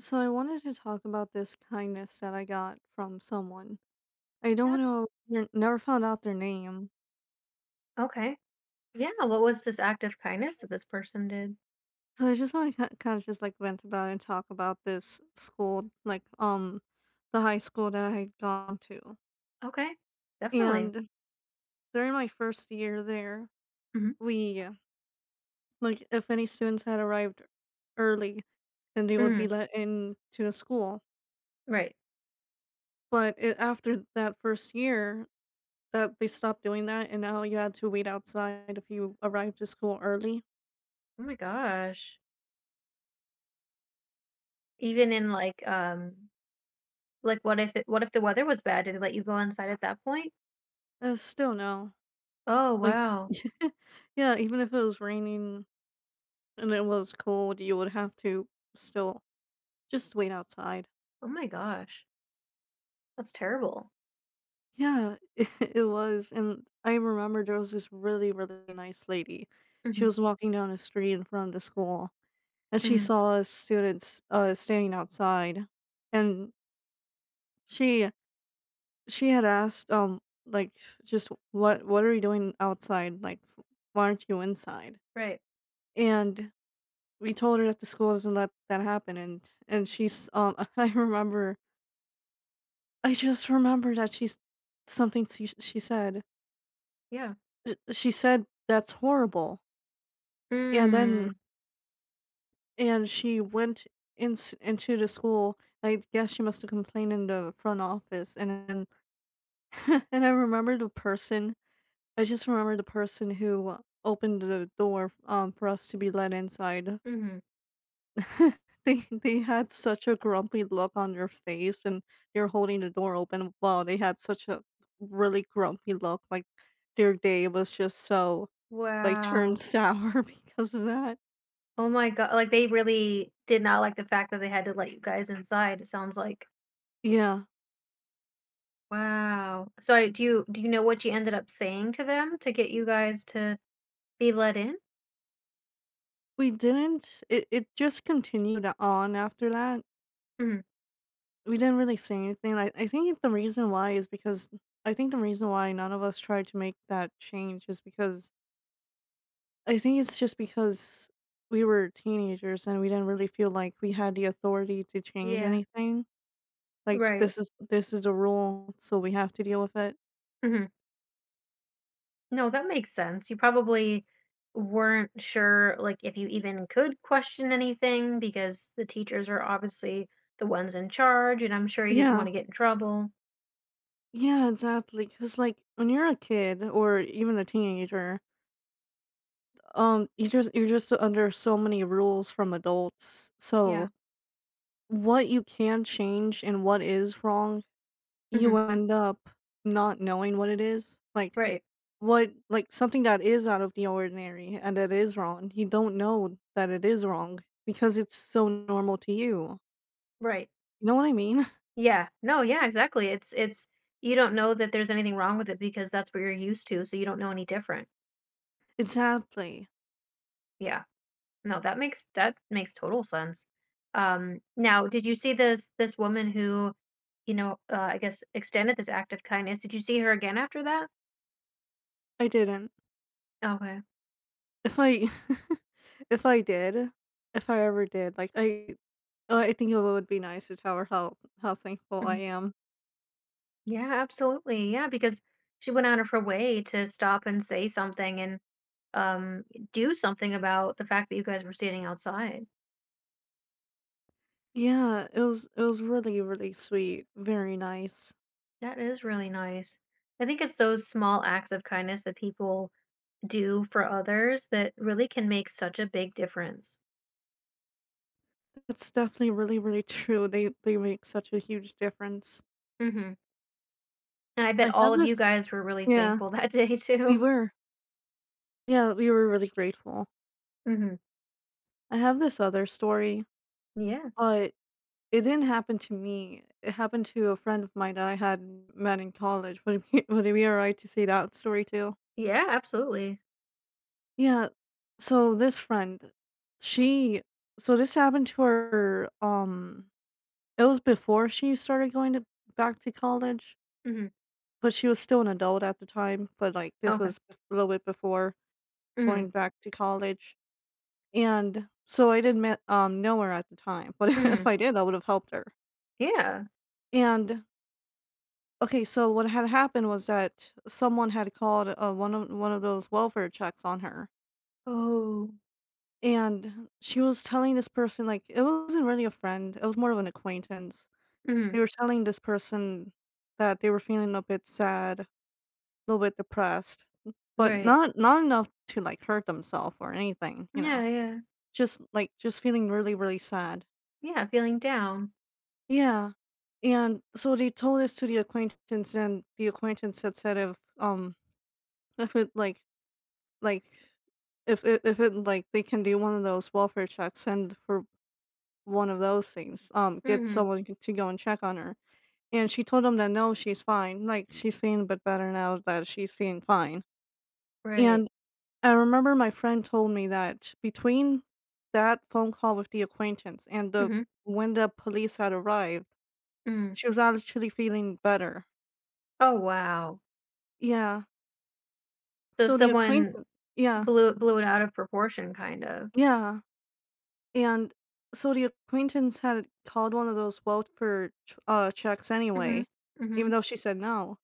So I wanted to talk about this kindness that I got from someone. I don't Yep. know, never found out their name. Okay. Yeah. What was this act of kindness that this person did? So I just want to kind of just like vent about and talk about this school, like the high school that I had gone to. Okay. Definitely. And during my first year there, Hmm. we like if any students had arrived early, then they would Hmm. be let in to the school. Right. After that first year, that they stopped doing that and now you had to wait outside if you arrived to school early. Oh my gosh. Even in like what if the weather was bad? Did they let you go inside at that point? Still no. Oh Like, wow. yeah, even if it was raining and it was cold, you would have to still just wait outside. Oh my gosh. That's terrible. Yeah, it was. And I remember there was this really, really nice lady. She Hmm. was walking down a street in front of the school and she Hmm. saw us students standing outside. And she she had asked, like, just what are you doing outside, like, why aren't you inside? Right. And we told her that the school doesn't let that happen, and she's, I just remember that she's something she said. Yeah. She said, "That's horrible," and then Mm. and she went in, into the school. I guess she must have complained in the front office, and then and I remember the person I just remember the person who opened the door, for us to be let inside. Hmm. They had such a grumpy look on their face, and they were holding the door open. Wow, they had such a really grumpy look, like, their day was just so, like, turned Wow. sour because of that. Oh my god. Like they really did not like the fact that they had to let you guys inside. It sounds like. Yeah. Wow. So, do you know what you ended up saying to them to get you guys to be let in? We didn't It just continued on after that. Mhm. We didn't really say anything. I think the reason why is because I think the reason why none of us tried to make that change is because I think it's just because we were teenagers and we didn't really feel like we had the authority to change Yeah. anything. Like, Right. this is a rule, so we have to deal with it. Hmm. No, that makes sense. You probably weren't sure, like, if you even could question anything because the teachers are obviously the ones in charge, and I'm sure you didn't Yeah. want to get in trouble. Yeah, exactly. Cause like, when you're a kid or even a teenager, you're just under so many rules from adults. Yeah. So what you can change and what is wrong, Hmm. you end up not knowing what it is. Like, Right. what, like, something that is out of the ordinary and that is wrong, you don't know that it is wrong because it's so normal to you. Right. You know what I mean? Yeah. No. Yeah. Exactly. It's you don't know that there's anything wrong with it because that's what you're used to, so you don't know any different. Exactly. Yeah. No, that makes total sense. Now, did you see this woman who, I guess extended this act of kindness? Did you see her again after that? I didn't. Okay. If I if I did, if I ever did, like, I think it would be nice to tell her how thankful I Hmm. am. Yeah, absolutely. Yeah, because she went out of her way to stop and say something and um do something about the fact that you guys were standing outside. Yeah, it was really, really sweet, very nice. That is really nice. I think it's those small acts of kindness that people do for others that really can make such a big difference. It's definitely really, really true. They make such a huge difference. Hmm. And I bet I all have of this you guys were really Yeah, thankful that day we too. were. Yeah, we were really grateful. Mhm. I have this other story, Yeah. but it didn't happen to me. It happened to a friend of mine that I had met in college. Would it be, would it be all right to say that story too? Yeah, absolutely. Yeah. So this friend, she, so this happened to her. It was before she started going to back to college, Mhm. but she was still an adult at the time. But like, this Okay. was a little bit before Mhm. going back to college. And so I didn't met know her at the time, but Mhm. if I did, I would have helped her. Yeah. And okay, so what had happened was that someone had called, one of those welfare checks on her, Oh. and she was telling this person, like, it wasn't really a friend; it was more of an acquaintance. Mhm. They were telling this person that they were feeling a bit sad, a little bit depressed, but Right. not enough to like hurt themselves or anything, you know. Yeah, yeah. Just like, just feeling really, really sad. Yeah, feeling down. Yeah, and so they told this to the acquaintance, and the acquaintance had said, if it like if it like they can do one of those welfare checks and for one of those things, get Mhm. someone to go and check on her. And she told them that no, she's fine. Like, she's feeling a bit better, now that she's feeling fine. Right. And I remember my friend told me that between that phone call with the acquaintance and the Mhm. when the police had arrived, Mm. she was actually feeling better. Oh, wow. Yeah. So So the someone acquaintance Yeah, blew it out of proportion kind of. yeah, and so the acquaintance had called one of those welfare ch checks Mhm. anyway, even Mhm. though she said no,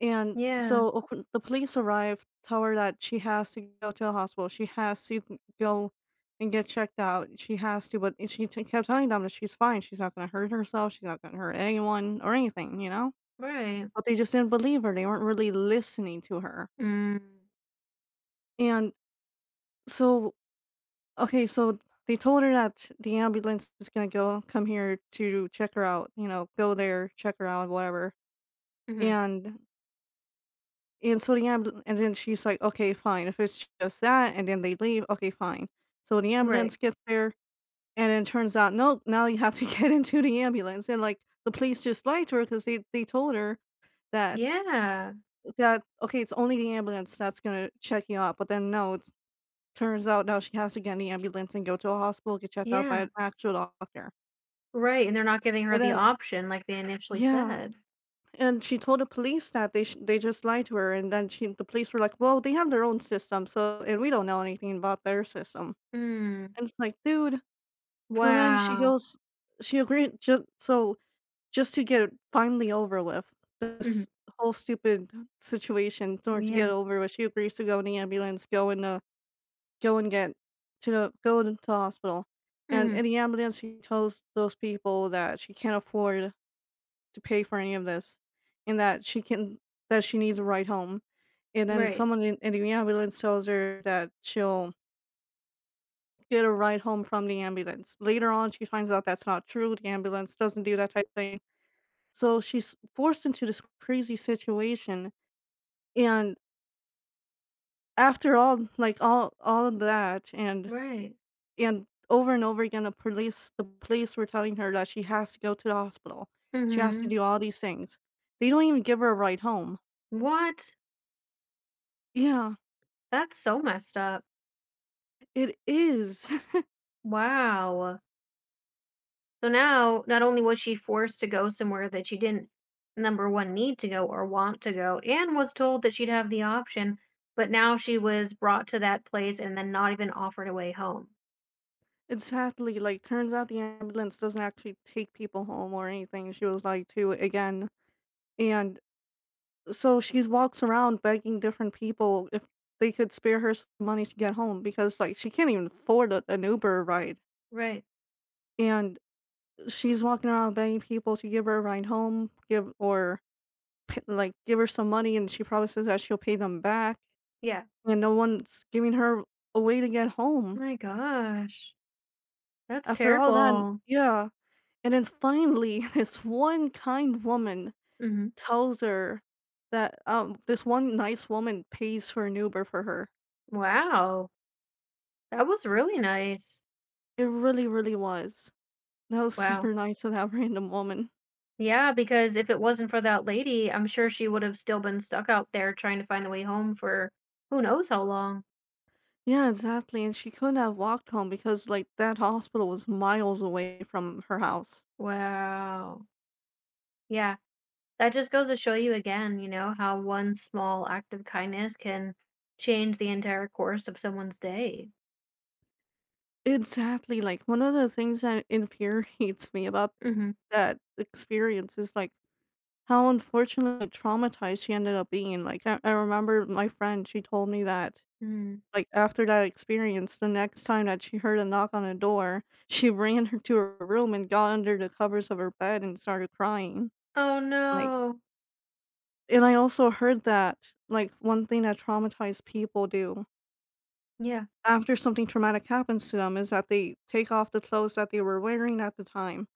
and Yeah. so acqu the police arrived, tell her that she has to go to the hospital, she has to go and get checked out, she has to, but she t kept telling them that she's fine, she's not gonna hurt herself, she's not gonna hurt anyone or anything, you know? Right. But they just didn't believe her, they weren't really listening to her, Mm. and so okay, so they told her that the ambulance is gonna go come here to check her out, you know, go there, check her out, whatever. Mhm. And and so the ambulance, and then she's like, okay, fine. If it's just that, and then they leave, okay, fine. So the Right. ambulance gets there, and then turns out, nope, now you have to get into the ambulance. And like, the police just lied to her, because they told her that Yeah. Okay, it's only the ambulance that's gonna check you out. But then no, it turns out now she has to get in the ambulance and go to a hospital, get checked out by Yeah. an actual doctor. Right, and they're not giving her And the then option like they initially yeah, said. and she told the police that they sh they just lied to her, and then she the police were like, "Well, they have their own system, so and we don't know anything about their system." Mm. And it's like, "Dude." So then Wow. She agreed, just so, just to get it finally over with, Mhm. this whole stupid situation, in to get Yeah. it over with, she agrees to go in the ambulance, go in the go and get to the go into the hospital. And Mhm. in the ambulance, she tells those people that she can't afford to pay for any of this and that she needs a ride home. And then Right. someone in the ambulance tells her that she'll get a ride home from the ambulance. Later on, she finds out that's not true. The ambulance doesn't do that type of thing. So she's forced into this crazy situation. And after all, like, all of that, and Right. Over and over again, the police were telling her that she has to go to the hospital. She has to Mhm. do all these things. They don't even give her a ride home. What? Yeah. That's so messed up. It is. Wow. So now, not only was she forced to go somewhere that she didn't, number one, need to go or want to go, and was told that she'd have the option, but now she was brought to that place and then not even offered a way home. And sadly, like, turns out the ambulance doesn't actually take people home or anything. She was like 2 again. And so she walks around begging different people if they could spare her some money to get home, because, like, she can't even afford an Uber ride. Right. And she's walking around begging people to give her a ride home, like give her some money, and she promises that she'll pay them back. Yeah. And no one's giving her a way to get home. My gosh. That's After all that, terrible. yeah. And then finally, this one kind woman Mhm. tells her that, this one nice woman pays for an Uber for her. Wow. That was really nice. It really, really was. That was Wow. super nice of that random woman. Yeah, because if it wasn't for that lady, I'm sure she would have still been stuck out there trying to find a way home for who knows how long. Yeah, exactly. And she couldn't have walked home because, like, that hospital was miles away from her house. Wow. Yeah, that just goes to show you again, you know, how one small act of kindness can change the entire course of someone's day. Exactly. Like, one of the things that infuriates me about Mm-hmm. that experience is, like, how unfortunately traumatized she ended up being. Like, I remember my friend, she told me that, Mm. like, after that experience, the next time that she heard a knock on the door, she ran her to her room and got under the covers of her bed and started crying, Oh like, no. and I also heard that, like, one thing that traumatized people do Yeah. after something traumatic happens to them is that they take off the clothes that they were wearing at the time,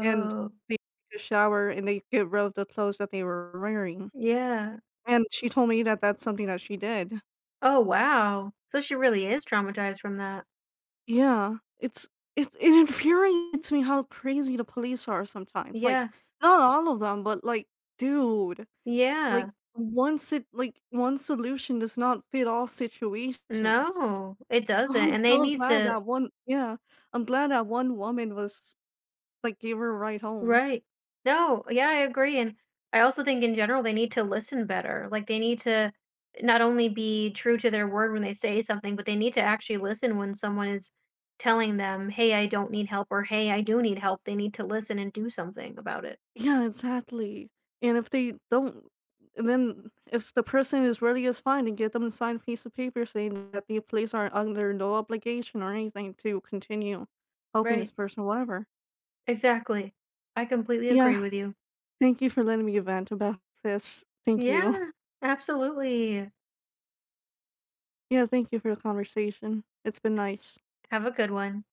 and they take a shower, and they get rid of the clothes that they were wearing, Yeah. and she told me that that's something that she did. Oh wow. So she really is traumatized from that. Yeah, it infuriates me how crazy the police are sometimes, like, Yeah. not all of them, but, like, dude, like, Yeah. once it like, one solution does not fit all situations. No, it So doesn't. I'm And they so need glad to. that one Yeah, I'm glad that one woman was, like, gave her a ride home. Right. No, yeah, I agree, and I also think in general they need to listen better, like, they need to not only be true to their word when they say something, but they need to actually listen when someone is telling them, "Hey, I don't need help," or, "Hey, I do need help." They need to listen and do something about it. Yeah, exactly. And if they don't, and then if the person is ready, it's fine, and get them to sign a piece of paper saying that the police are under no obligation or anything to continue helping Right. this person, whatever. Exactly. I completely agree Yeah. with you. Thank you for letting me vent about this. Thank you. Yeah, absolutely. Yeah, thank you for the conversation. It's been nice. Have a good one.